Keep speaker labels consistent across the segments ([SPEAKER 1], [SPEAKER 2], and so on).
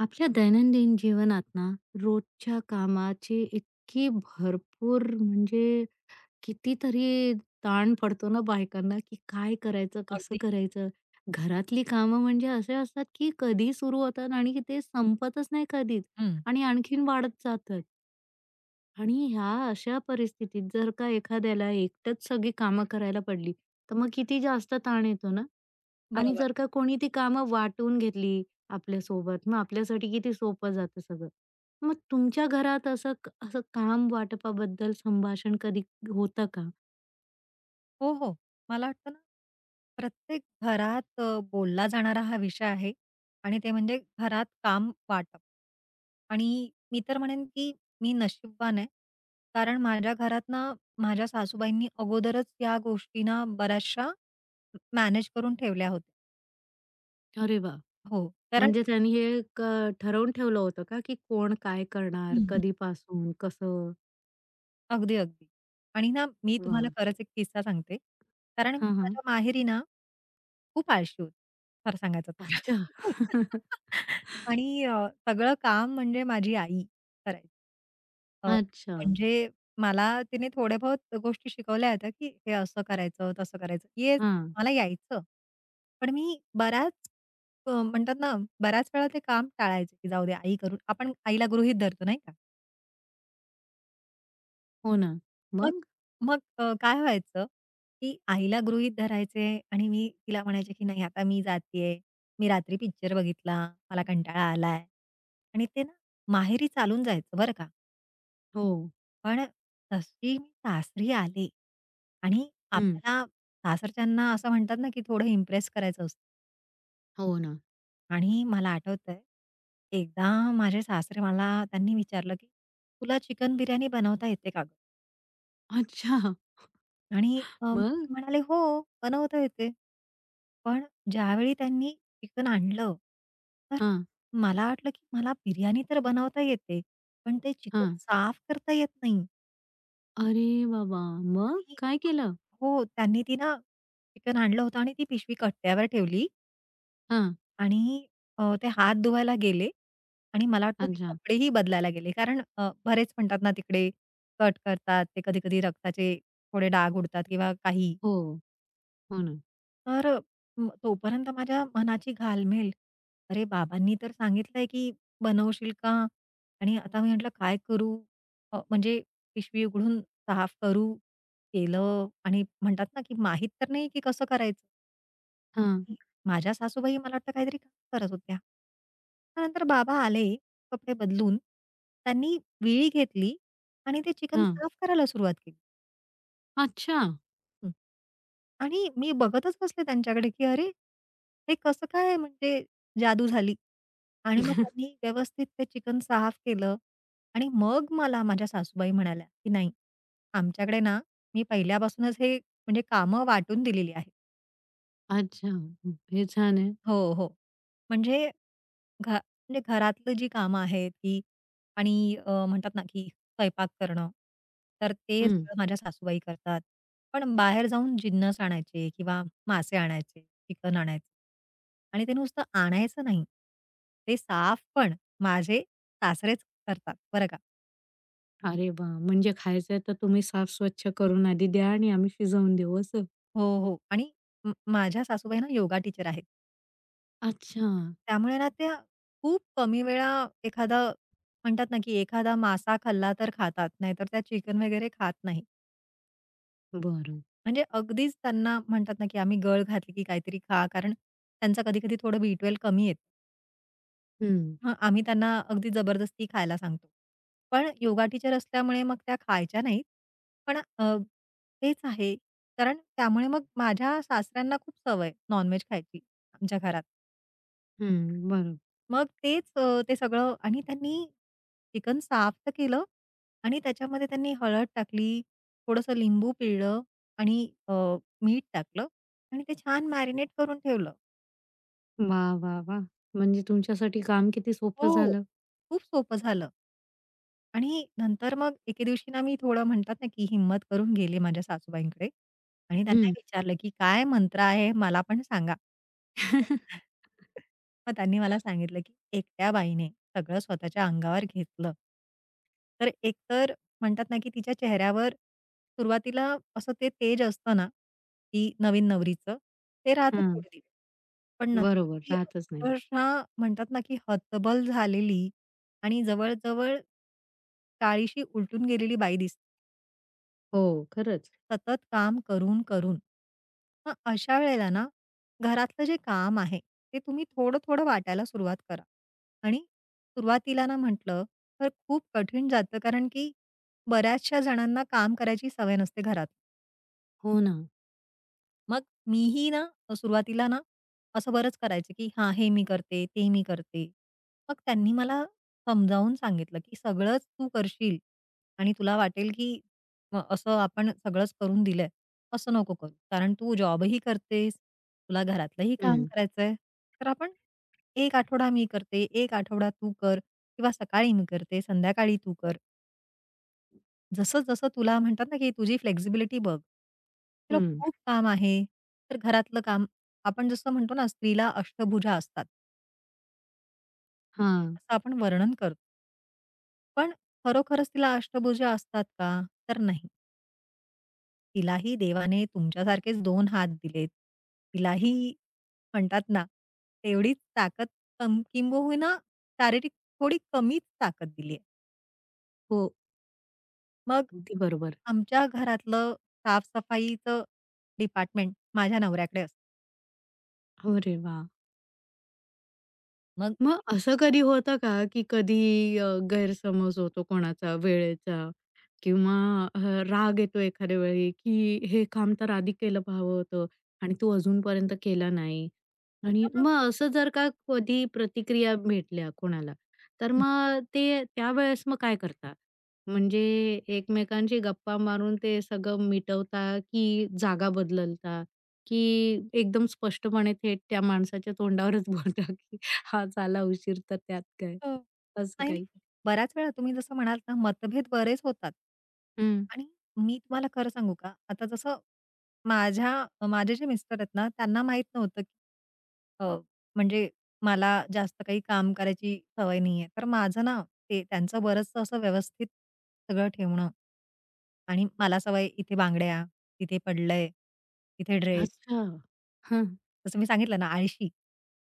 [SPEAKER 1] आपल्या दैनंदिन जीवनात ना रोजच्या कामाचे इतकी भरपूर म्हणजे कितीतरी ताण पडतो ना बायकांना की काय करायचं कसं
[SPEAKER 2] अगदी.
[SPEAKER 1] करायचं. घरातली कामं म्हणजे असे असतात की कधी सुरू होतात आणि ते संपतच नाही कधीच
[SPEAKER 2] हं.
[SPEAKER 1] आणि आणखीन वाढत जातात. आणि ह्या अशा परिस्थितीत जर का एखाद्याला एकटंच सगळी कामं करायला पडली, तर मग किती जास्त ताण येतो ना? आणि
[SPEAKER 2] बरोबर.
[SPEAKER 1] जर का कोणी ती कामं वाटून घेतली आपल्यासोबत, मग आपल्यासाठी किती सोपं जातं सगळं. मग तुमच्या घरात असं असं काम वाटपाबद्दल संभाषण कधी होतं का?
[SPEAKER 2] हो, हो. मला वाटतं ना, प्रत्येक घरात बोलला जाणारा हा विषय आहे आणि ते म्हणजे घरात काम वाटप. आणि मी तर म्हणेन, की मी नशीबवान आहे. कारण माझ्या घरात ना, माझ्या सासूबाईंनी अगोदरच या गोष्टी ना, बऱ्याचशा मॅनेज करून ठेवल्या होत्या.
[SPEAKER 1] अरे वाह!
[SPEAKER 2] हो, कारण
[SPEAKER 1] म्हणजे त्यांनी हे ठरवून ठेवलं होतं का, की कोण काय करणार,
[SPEAKER 2] हं.
[SPEAKER 1] कधीपासून, कसं?
[SPEAKER 2] अगदी, अगदी. आणि ना, मी तुम्हाला
[SPEAKER 1] वाह!
[SPEAKER 2] खरंच एक किस्सा सांगते. कारण मी
[SPEAKER 1] हां, हां.
[SPEAKER 2] माझ्या माहेरी ना खूप आळशी होती, खरं सांगायचं तर.
[SPEAKER 1] अच्छा.
[SPEAKER 2] आणि सगळं काम म्हणजे माझी आई करायची. अ,
[SPEAKER 1] अच्छा.
[SPEAKER 2] म्हणजे मला तिने थोड्या बहुत गोष्टी शिकवल्या होत्या, की हे असं करायचं, तसं करायचं.
[SPEAKER 1] हां.
[SPEAKER 2] मला यायचं. पण मी बराच म्हणतात ना, बऱ्याच वेळा ते काम टाळायचे, की जाऊ दे आई करून आपण आईला गृहीत धरतो नाही का?
[SPEAKER 1] हो ना.
[SPEAKER 2] मग
[SPEAKER 1] मग?
[SPEAKER 2] मग काय व्हायचं, की आईला गृहीत धरायचे आणि मी तिला म्हणायचे, की "नाही आता मी जातीये. मी रात्री पिक्चर बघितला. मला कंटाळा आलाय." आणि ते ना माहेरी चालून जायचं बरं का.
[SPEAKER 1] हो.
[SPEAKER 2] पण तशी मी सासरी आले आणि
[SPEAKER 1] हं.
[SPEAKER 2] आपल्याला सासरच्यांना असं म्हणतात ना, की थोडं इम्प्रेस करायचं असतं
[SPEAKER 1] हो ना.
[SPEAKER 2] आणि मला आठवतंय, एकदा माझे सासरे मला त्यांनी विचारलं, की "तुला चिकन बिर्याणी बनवता येते का गं?"
[SPEAKER 1] अच्छा.
[SPEAKER 2] आणि मी
[SPEAKER 1] मग?
[SPEAKER 2] म्हणाले, "हो, बनवता येते." पण ज्यावेळी त्यांनी चिकन आणलं, तर
[SPEAKER 1] हां,
[SPEAKER 2] मला वाटलं, की मला बिर्याणी तर बनवता येते, पण ते चिकन
[SPEAKER 1] हां.
[SPEAKER 2] साफ करता येत नाही.
[SPEAKER 1] अरे बाबा! मग
[SPEAKER 2] आणि
[SPEAKER 1] काय केलं?
[SPEAKER 2] हो, त्यांनी ती ना चिकन आणलं होतं आणि ती पिशवी कट्ट्यावर ठेवली
[SPEAKER 1] हां.
[SPEAKER 2] आणि ते हात धुवायला गेले आणि मला वाटतं ते
[SPEAKER 1] अच्छा.
[SPEAKER 2] कपडेही बदलायला गेले. कारण बरेच म्हणतात ना, तिकडे कट करतात, ते कधी-कधी रक्ताचे थोडे डाग उडतात किंवा काही.
[SPEAKER 1] हो, हो ना.
[SPEAKER 2] तर तोपर्यंत माझ्या मनाची घालमेल. अरे, बाबांनी तर सांगितलंय की बनवशील का? आणि आता मी म्हटलं काय करू? म्हणजे पिशवी उघडून साफ करू, केलं आणि म्हणतात ना की माहीत तर नाही की कसं करायचं.
[SPEAKER 1] हां,
[SPEAKER 2] माझ्या सासूबाई मला वाटतं काहीतरी काम करत होत्या. त्यानंतर बाबा आले, कपडे बदलून. त्यांनी विळी घेतली आणि ते चिकन
[SPEAKER 1] हां.
[SPEAKER 2] साफ करायला सुरुवात केली.
[SPEAKER 1] अच्छा.
[SPEAKER 2] हं. आणि मी बघतच बसले त्यांच्याकडे, की अरे, हे कसं काय म्हणजे जादू झाली. आणि मग त्यांनी व्यवस्थित ते चिकन साफ केलं आणि मग मला माझ्या सासूबाई म्हणाल्या, की "नाही, आमच्याकडे ना, मी पहिल्यापासूनच हे म्हणजे कामं वाटून दिलेली आहेत."
[SPEAKER 1] अच्छा. हे छान आहे.
[SPEAKER 2] हो, हो. म्हणजे म्हणजे घरातलं जी कामं आहेत, की आणि म्हणतात ना, की स्वयंपाक करणं, तर ते
[SPEAKER 1] हं.
[SPEAKER 2] सगळं माझ्या सासूबाई करतात. पण बाहेर जाऊन जिन्नस आणायचे किंवा मासे आणायचे, चिकन आणायचं आणि ते नुसतं आणायचं नाही, ते साफ पण माझे सासरेच करतात बरं का.
[SPEAKER 1] अरे वाह! म्हणजे खायचंय तर तुम्ही साफ स्वच्छ करून आधी द्या आणि आम्ही शिजवून देऊ असं.
[SPEAKER 2] हो, हो. आणि माझ्या सासूबाई ना योगा टीचर आहेत.
[SPEAKER 1] अच्छा.
[SPEAKER 2] त्यामुळे ना त्या खूप कमी वेळा एखादा म्हणतात ना, की एखादा मासा खाल्ला तर खातात, नाहीतर त्या चिकन वगैरे खात नाही.
[SPEAKER 1] बरं.
[SPEAKER 2] म्हणजे अगदीच त्यांना म्हणतात ना, की आम्ही गळ घातली की काहीतरी खा, कारण त्यांचं कधी-कधी थोडं B12 कमी येतं.
[SPEAKER 1] हं,
[SPEAKER 2] हं, आम्ही त्यांना अगदी जबरदस्ती खायला सांगतो. पण योगा टीचर असल्यामुळे मग त्या खायच्या नाहीत. पण तेच आहे, कारण त्यामुळे मग माझ्या सासऱ्यांना खूप सवय नॉन खायची आमच्या घरात.
[SPEAKER 1] हं. बरं.
[SPEAKER 2] मग तेच ते सगळं आणि त्यांनी चिकन साफ तर केलं आणि त्याच्यामध्ये त्यांनी हळद टाकली, थोडंसं लिंबू पिळलं आणि अ, मीठ टाकलं आणि ते छान मॅरिनेट करून ठेवलं.
[SPEAKER 1] वाह, वाह, वाह! म्हणजे तुमच्यासाठी काम किती सोपं
[SPEAKER 2] हो.
[SPEAKER 1] झालं.
[SPEAKER 2] खूप सोपं झालं. आणि नंतर मग एके दिवशी ना मी थोडं म्हणतात ना, की हिम्मत करून गेले माझ्या सासूबाईंकडे आणि त्यांना
[SPEAKER 1] हं.
[SPEAKER 2] विचारलं, की "काय मंत्र आहे मला पण सांगा." मग त्यांनी मला सांगितलं, की "एकट्या बाईने सगळं स्वतःच्या अंगावर घेतलं, तर एकतर म्हणतात ना, की तिच्या चेहऱ्यावर सुरुवातीला असं ते तेज असतं ना, की नवीन नवरीचं ते राहतं
[SPEAKER 1] हां.
[SPEAKER 2] थोडे दिवस. पण नंतर
[SPEAKER 1] बरोबर.
[SPEAKER 2] ती
[SPEAKER 1] राहतच नाही.
[SPEAKER 2] अक्षरशः म्हणतात ना, की हतबल झालेली आणि जवळ-जवळ 40शी उलटून गेलेली बाई दिसते
[SPEAKER 1] हो, खरंच.
[SPEAKER 2] सतत काम करून, करून. मग अशा वेळेला ना, घरातलं जे काम आहे, ते तुम्ही थोडं-थोडं वाटायला सुरुवात करा. आणि सुरुवातीला ना म्हटलं, तर खूप कठीण जातं कारण की बऱ्याचशा जणांना काम करायची सवय नसते घरात.
[SPEAKER 1] हो ना.
[SPEAKER 2] मग मीही ना सुरुवातीला ना असं बरंच करायचे, की हां, हे मी करते, ते मी करते. मग त्यांनी मला समजावून सांगितलं, की सगळंच तू करशील आणि तुला वाटेल, की असं आपण सगळंच करून दिलंय, असं नको करू. कारण तू जॉबही करतेस, तुला घरातलंही काम
[SPEAKER 1] हं,
[SPEAKER 2] करायचंय. तर आपण 1 आठवडा मी करते, 1 आठवडा तू कर किंवा सकाळी मी करते, संध्याकाळी तू कर. जसं-जसं तुला म्हणतात ना, की तुझी फ्लेक्सिबिलिटी बघ. तुला
[SPEAKER 1] हं.
[SPEAKER 2] खूप काम आहे, तर घरातलं काम आपण जसं म्हणतो ना, स्त्रीला अष्टभुजा असतात,
[SPEAKER 1] हां.
[SPEAKER 2] असं आपण वर्णन करतो. पण खरोखरच तिला अष्टभुजा असतात का? तर नाही. तिलाही देवाने तुमच्यासारखेच 2 हात दिलेत. तिलाही म्हणतात ना, तेवढीच ताकद किंबहुना शारीरिक थोडी कमीच ताकद दिली आहे.
[SPEAKER 1] हो.
[SPEAKER 2] मग
[SPEAKER 1] अगदी बरोबर.
[SPEAKER 2] आमच्या घरातलं साफ डिपार्टमेंट माझ्या नवऱ्याकडे असतं.
[SPEAKER 1] अरे वाह!
[SPEAKER 2] मग
[SPEAKER 1] मग असं कधी होतं का, की कधी गैरसमज होतो कोणाचा, वेळेचा किंवा अ, राग येतो एखाद्या वेळी, की हे काम तर आधी केलं हवं होतं आणि तू अजूनपर्यंत केलं नाही.
[SPEAKER 2] होता
[SPEAKER 1] आणि
[SPEAKER 2] ना.
[SPEAKER 1] मग असं जर का कधी प्रतिक्रिया भेटल्या कोणाला, तर
[SPEAKER 2] हं.
[SPEAKER 1] मग ते त्यावेळेस मग काय करता? म्हणजे एकमेकांशी गप्पा मारून ते सगळं मिटवता, की जागा बदलता, की एकदम स्पष्टपणे थेट त्या माणसाच्या तोंडावरच बोलता? हां, झाला उशीर तर त्यात काय,
[SPEAKER 2] हो.
[SPEAKER 1] असं
[SPEAKER 2] नाही,
[SPEAKER 1] काही.
[SPEAKER 2] नाही. बऱ्याच वेळा तुम्ही जसं म्हणालात ना, मतभेद बरेच होतात.
[SPEAKER 1] हं.
[SPEAKER 2] आणि मी तुम्हाला खरं सांगू का, आता जसं माझे जे मिस्टर आहेत ना, त्यांना माहीत नव्हतं, की अ, म्हणजे मला जास्त काही काम करायची सवय नाहीये. तर माझं ना, ते त्यांचं बरंचसं असं व्यवस्थित सगळं ठेवणं आणि मला सवय इथे बांगड्या, तिथे पडलंय, तिथे ड्रेस.
[SPEAKER 1] अच्छा. हां,
[SPEAKER 2] जसं मी सांगितलं ना, आळशी.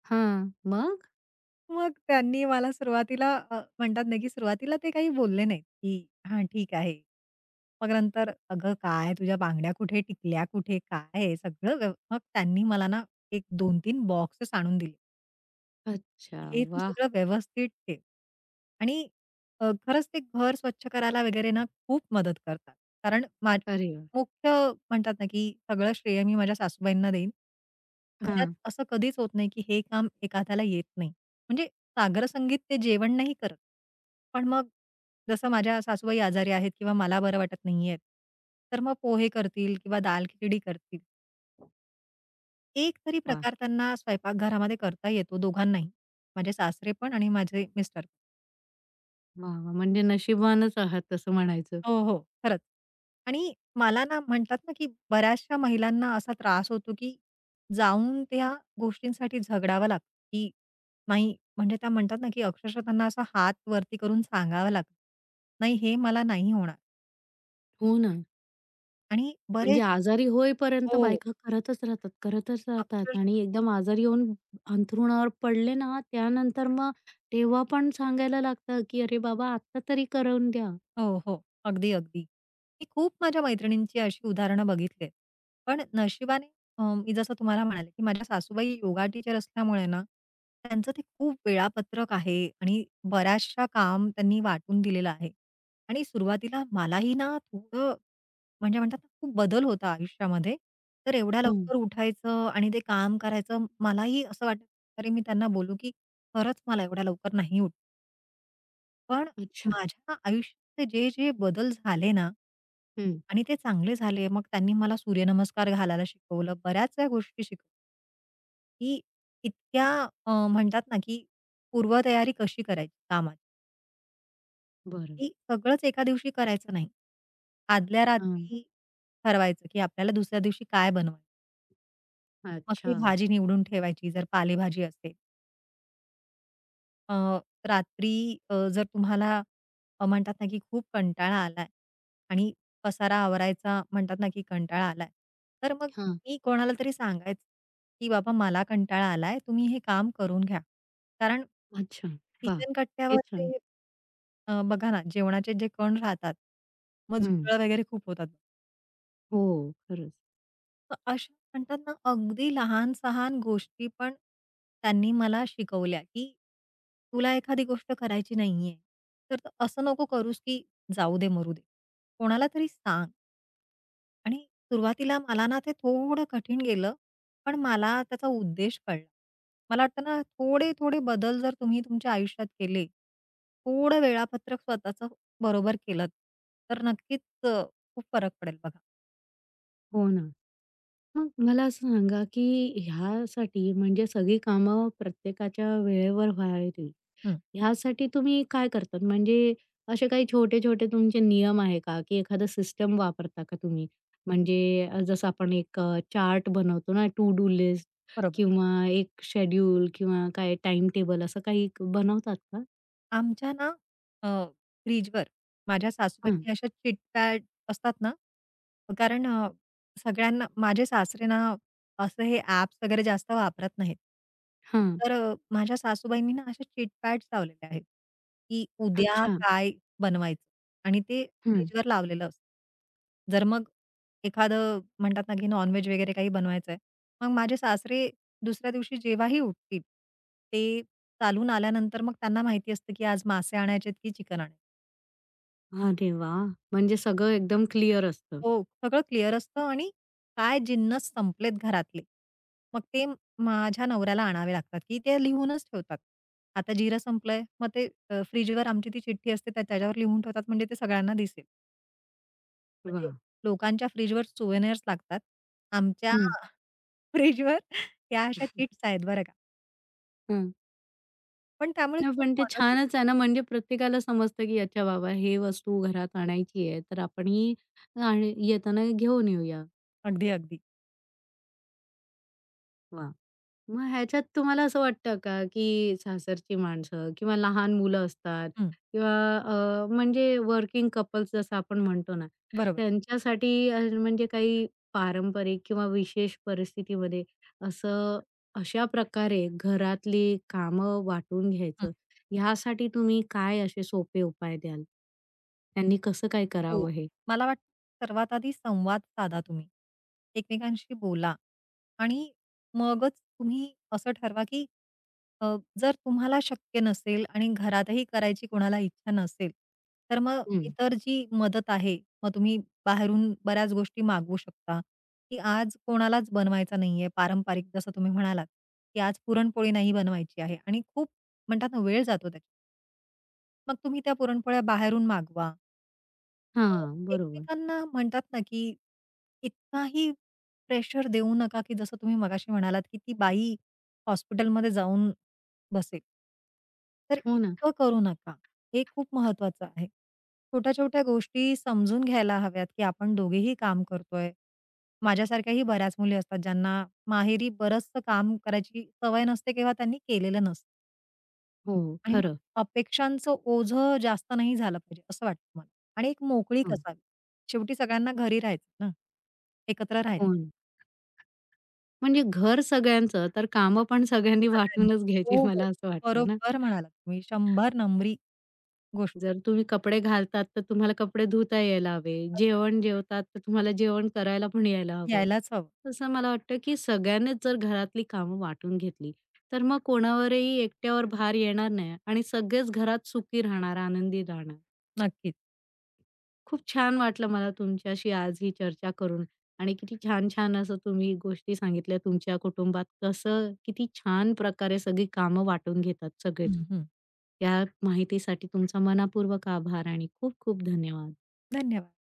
[SPEAKER 1] हां. मग?
[SPEAKER 2] मग त्यांनी मला सुरुवातीला म्हणतात ना, की सुरुवातीला ते काही बोलले नाहीत, की "हां, ठीक आहे." मग नंतर, "अगं काय तुझ्या बांगड्या कुठे टिकल्या कुठे? काय आहे?" सगळं व्यव मग त्यांनी मला ना एक 2 तीन बॉक्सेस आणून दिले.
[SPEAKER 1] अच्छा.
[SPEAKER 2] हे तू
[SPEAKER 1] वाह!
[SPEAKER 2] सगळं व्यवस्थित ठेव. आणि खरंच ते घर स्वच्छ करायला वगैरे ना खूप मदत करतात. कारण
[SPEAKER 1] अरे वाह!
[SPEAKER 2] मुख्य म्हणतात ना, की सगळं श्रेय मी माझ्या सासूबाईंना देईन. घरात
[SPEAKER 1] हां.
[SPEAKER 2] असं कधीच होत नाही, की हे काम एखाद्याला येत नाही. म्हणजे सागरसंगीत ते जेवण नाही करत. पण मग जसं माझ्या सासूबाई आजारी आहेत किंवा मला बरं वाटत नाहीये, तर मग पोहे करतील किंवा दाल खिचडी करतील. एक तरी
[SPEAKER 1] वाह!
[SPEAKER 2] प्रकार त्यांना स्वयंपाकघरामध्ये करता येतो दोघांनाही. माझे सासरे पण आणि माझे मिस्टर.
[SPEAKER 1] वाह! वाह! म्हणजे नशिबवानच आहात तसं म्हणायचं.
[SPEAKER 2] हो, हो. खरंच. आणि मला ना म्हणतात ना, की बऱ्याचशा महिलांना असा त्रास होतो, की जाऊन त्या गोष्टींसाठी झगडावं लागतं, की नाही म्हणजे त्या म्हणतात ना, की अक्षरशः त्यांना असा हात वरती करून सांगावं लागतं. नाही हे मला नाही होणार
[SPEAKER 1] हो ना.
[SPEAKER 2] आणि बरेच
[SPEAKER 1] म्हणजे आजारी होईपर्यंत
[SPEAKER 2] हो.
[SPEAKER 1] बायका करतच राहतात, करतच राहतात आणि
[SPEAKER 2] अक्षरशः
[SPEAKER 1] एकदम आजारी येऊन अंथरुणावर पडले ना, त्यानंतर मग तेव्हा पण सांगायला लागतं, की "अरे बाबा, आत्ता तरी करवून द्या."
[SPEAKER 2] हो, हो. अगदी, अगदी. मी खूप माझ्या मैत्रिणींची अशी उदाहरणं बघितली आहेत. पण नशिबाने मी जसं तुम्हाला म्हणाले, की माझ्या सासूबाई योगा टीचर असल्यामुळे ना, त्यांचं ते खूप वेळापत्रक आहे आणि बऱ्याचशा काम त्यांनी वाटून दिलेलं आहे. आणि सुरुवातीला मलाही ना थोडं म्हणजे म्हणतात ना, खूप बदल होता आयुष्यामध्ये. तर एवढ्या
[SPEAKER 1] हं.
[SPEAKER 2] लवकर उठायचं आणि ते काम करायचं मलाही असं वाटायचं, अरे मी त्यांना बोलू, की खरंच मला एवढ्या लवकर नाही उठता पण
[SPEAKER 1] अच्छा.
[SPEAKER 2] माझ्या आयुष्यातले जे, जे बदल झाले ना
[SPEAKER 1] हं.
[SPEAKER 2] आणि ते चांगले झाले. मग त्यांनी मला सूर्यनमस्कार घालायला शिकवलं. बऱ्याचशा गोष्टी शिकवल्या. की इतक्या म्हणतात ना, की पूर्वतयारी कशी करायची कामाची,
[SPEAKER 1] बरं.
[SPEAKER 2] की सगळंच एका दिवशी करायचं नाही. आदल्या
[SPEAKER 1] हां.
[SPEAKER 2] रात्री ठरवायचं, की आपल्याला दुसऱ्या दिवशी काय बनवायचं. मग ती
[SPEAKER 1] अच्छा.
[SPEAKER 2] भाजी निवडून ठेवायची जर पालेभाजी असेल. अ, रात्री जर तुम्हाला म्हणतात ना, की खूप कंटाळा आलाय आणि पसारा आवरायचा म्हणतात ना, की कंटाळा आलाय. तर मग
[SPEAKER 1] हां.
[SPEAKER 2] मी कोणाला तरी सांगायचं, की "बाबा मला कंटाळा आलाय, तुम्ही हे काम करून घ्या." कारण
[SPEAKER 1] अच्छा. वाह!
[SPEAKER 2] किचन
[SPEAKER 1] हे
[SPEAKER 2] कट्ट्यावर ते
[SPEAKER 1] छान.
[SPEAKER 2] बघा ना, जेवणाचे जे कण राहतात, मग
[SPEAKER 1] हं.
[SPEAKER 2] झुरळ वगैरे खूप होतात.
[SPEAKER 1] हो, खरंच.
[SPEAKER 2] तर अशा म्हणतात ना, अगदी लहान-सहान गोष्टी पण त्यांनी मला शिकवल्या, की तुला एखादी गोष्ट करायची नाहीये, तर तू असं नको करूस, की जाऊ दे, मरू दे. कोणाला तरी सांग. आणि सुरुवातीला मला ना ते थोडं कठीण गेलं, पण मला त्याचा उद्देश कळला. मला वाटतं ना, थोडे-थोडे बदल जर तुम्ही तुमच्या आयुष्यात केले, थोडं वेळापत्रक स्वतःचं बरोबर केलंत, तर नक्कीच अ, खूप फरक पडेल बघा.
[SPEAKER 1] हो ना. मग मला असं सांगा, की ह्यासाठी म्हणजे सगळी कामं प्रत्येकाच्या वेळेवर व्हावी,
[SPEAKER 2] हं,
[SPEAKER 1] ह्यासाठी तुम्ही काय करतात? म्हणजे असे काही छोटे-छोटे तुमचे नियम आहे का? की एखादं सिस्टम वापरता का तुम्ही? म्हणजे जसं आपण एक चार्ट बनवतो ना, टू डू लिस्ट
[SPEAKER 2] बरोबर.
[SPEAKER 1] किंवा एक शेड्यूल किंवा काय टाईम टेबल असं काही बनवतात का?
[SPEAKER 2] आमच्या ना अ, फ्रिजवर माझ्या
[SPEAKER 1] हां.
[SPEAKER 2] सासूबाईंनी अशा चिटपॅड असतात ना, कारण सगळ्यांना माझे सासरे ना असं हे ॲप्स वगैरे जास्त वापरत नाहीत.
[SPEAKER 1] हां.
[SPEAKER 2] तर माझ्या सासूबाईंनी ना अशा चिटपॅड्स लावलेल्या आहेत, की उद्या
[SPEAKER 1] अच्छा.
[SPEAKER 2] काय बनवायचं आणि ते फ्रिजवर लावलेलं असतं. जर मग एखादं म्हणतात ना, की नॉन वगैरे काही बनवायचंय, मग माझे सासरे दुसऱ्या दिवशी जेव्हाही उठतील, ते चालून आल्यानंतर मग त्यांना माहिती असतं, की आज मासे आणायचे आहेत की चिकन आणायचं.
[SPEAKER 1] अरे वाह! म्हणजे सगळं एकदम क्लिअर असतं.
[SPEAKER 2] हो, सगळं क्लिअर असतं आणि काय जिन्नस संपलेत घरातले. मग ते माझ्या नवऱ्याला आणावे लागतात, की ते लिहूनच ठेवतात. आता जिरं संपलंय, मग ते फ्रिजवर आमची ती चिठ्ठी असते त्या त्याच्यावर लिहून ठेवतात म्हणजे ते सगळ्यांना दिसेल. म्हणजे
[SPEAKER 1] वाह!
[SPEAKER 2] लोकांच्या फ्रिजवर सुव्हेनिअर्स लागतात. आमच्या
[SPEAKER 1] हं,
[SPEAKER 2] फ्रिजवर या अशा चिट्स आहेत बरं का.
[SPEAKER 1] हं.
[SPEAKER 2] पण त्यामुळे
[SPEAKER 1] नाही
[SPEAKER 2] खूप
[SPEAKER 1] पण ते
[SPEAKER 2] मदत होते.
[SPEAKER 1] छानच आहे ना, म्हणजे प्रत्येकाला समजतं, की अच्छा बाबा हे वस्तू घरात आणायची आहे, तर आपण ही आण येताना घेऊन येऊया.
[SPEAKER 2] अगदी, अगदी.
[SPEAKER 1] वाह! मग ह्याच्यात तुम्हाला असं वाटतं का, की सासरची माणसं किंवा लहान मुलं असतात
[SPEAKER 2] हं,
[SPEAKER 1] किंवा म्हणजे वर्किंग कपल्स जसं आपण म्हणतो ना,
[SPEAKER 2] बरोबर.
[SPEAKER 1] त्यांच्यासाठी म्हणजे काही पारंपरिक किंवा विशेष परिस्थितीमध्ये असं अशा प्रकारे घरातली कामं वाटून घ्यायचं, ह्यासाठी तुम्ही काय असे सोपे उपाय द्याल? त्यांनी कसं काय
[SPEAKER 2] हो.
[SPEAKER 1] करावं हे?
[SPEAKER 2] मला वाटतं सर्वात आधी संवाद साधा तुम्ही. एकमेकांशी बोला आणि मगच तुम्ही असं ठरवा, की जर तुम्हाला शक्य नसेल आणि घरातही करायची कोणाला इच्छा नसेल, तर मग
[SPEAKER 1] हं.
[SPEAKER 2] इतर जी मदत आहे, मग तुम्ही बाहेरून बऱ्याच गोष्टी मागवू शकता, की आज कोणालाच बनवायचा नाहीये पारंपरिक जसं तुम्ही म्हणालात, की आज पुरणपोळी नाही बनवायची आहे आणि खूप म्हणतात ना, वेळ जातो त्याच्यात. मग तुम्ही त्या पुरणपोळ्या बाहेरून मागवा. अ,
[SPEAKER 1] हां, बरोबर.
[SPEAKER 2] एकमेकांना म्हणतात ना, की इतकाही प्रेशर देऊ नका, की जसं तुम्ही मगाशी म्हणालात, की ती बाई हॉस्पिटलमध्ये जाऊन बसेल. तर
[SPEAKER 1] हो ना.
[SPEAKER 2] इतकं करू नका. हे खूप महत्वाचं आहे. छोट्या-छोट्या गोष्टी समजून घ्यायला हव्यात, की आपण दोघेही काम करतोय. माझ्यासारख्याही बऱ्याच मुली असतात, ज्यांना माहेरी बरचसं काम करायची सवय नसते किंवा त्यांनी केलेलं नसतं.
[SPEAKER 1] हो,
[SPEAKER 2] आणि मग
[SPEAKER 1] खरं.
[SPEAKER 2] अपेक्षांचं ओझं जास्त नाही झालं पाहिजे असं वाटतं मला. आणि एक मोकळीक
[SPEAKER 1] हं.
[SPEAKER 2] असावी. शेवटी सगळ्यांना घरी राहायचं ना. एकत्र राहायचं
[SPEAKER 1] हो. म्हणजे घर सगळ्यांचं, तर कामं पण सगळ्यांनी
[SPEAKER 2] सगळ्यांनी.
[SPEAKER 1] वाटूनच
[SPEAKER 2] हो,
[SPEAKER 1] घ्यायची
[SPEAKER 2] हो.
[SPEAKER 1] मला असं वाटतं ना.
[SPEAKER 2] बरोबर म्हणालात तुम्ही. 100 नंबरी गोष्ट
[SPEAKER 1] जर तुम्ही कपडे घालतात, तर तुम्हाला कपडे धुता यायला हवे. जेवण जेवतात, तर तुम्हाला जेवण करायला पण यायला हवं.
[SPEAKER 2] यायलाच हवं.
[SPEAKER 1] तसं मला वाटतं, की सगळ्यांनीच जर घरातली कामं वाटून घेतली, तर मग कोणावरही एकट्यावर भार येणार नाही आणि सगळेच घरात सुखी राहणार, आनंदी राहणार.
[SPEAKER 2] नक्कीच.
[SPEAKER 1] खूप छान वाटलं मला तुमच्याशी आज ही चर्चा करून आणि किती छान छान असं तुम्ही गोष्टी सांगितल्या तुमच्या कुटुंबात कसं किती छान प्रकारे सगळी कामं वाटून घेतात सगळेच.
[SPEAKER 2] हं, हं.
[SPEAKER 1] या माहितीसाठी तुमचा मनापूर्वक आभार आणि खूप खूप धन्यवाद.
[SPEAKER 2] धन्यवाद.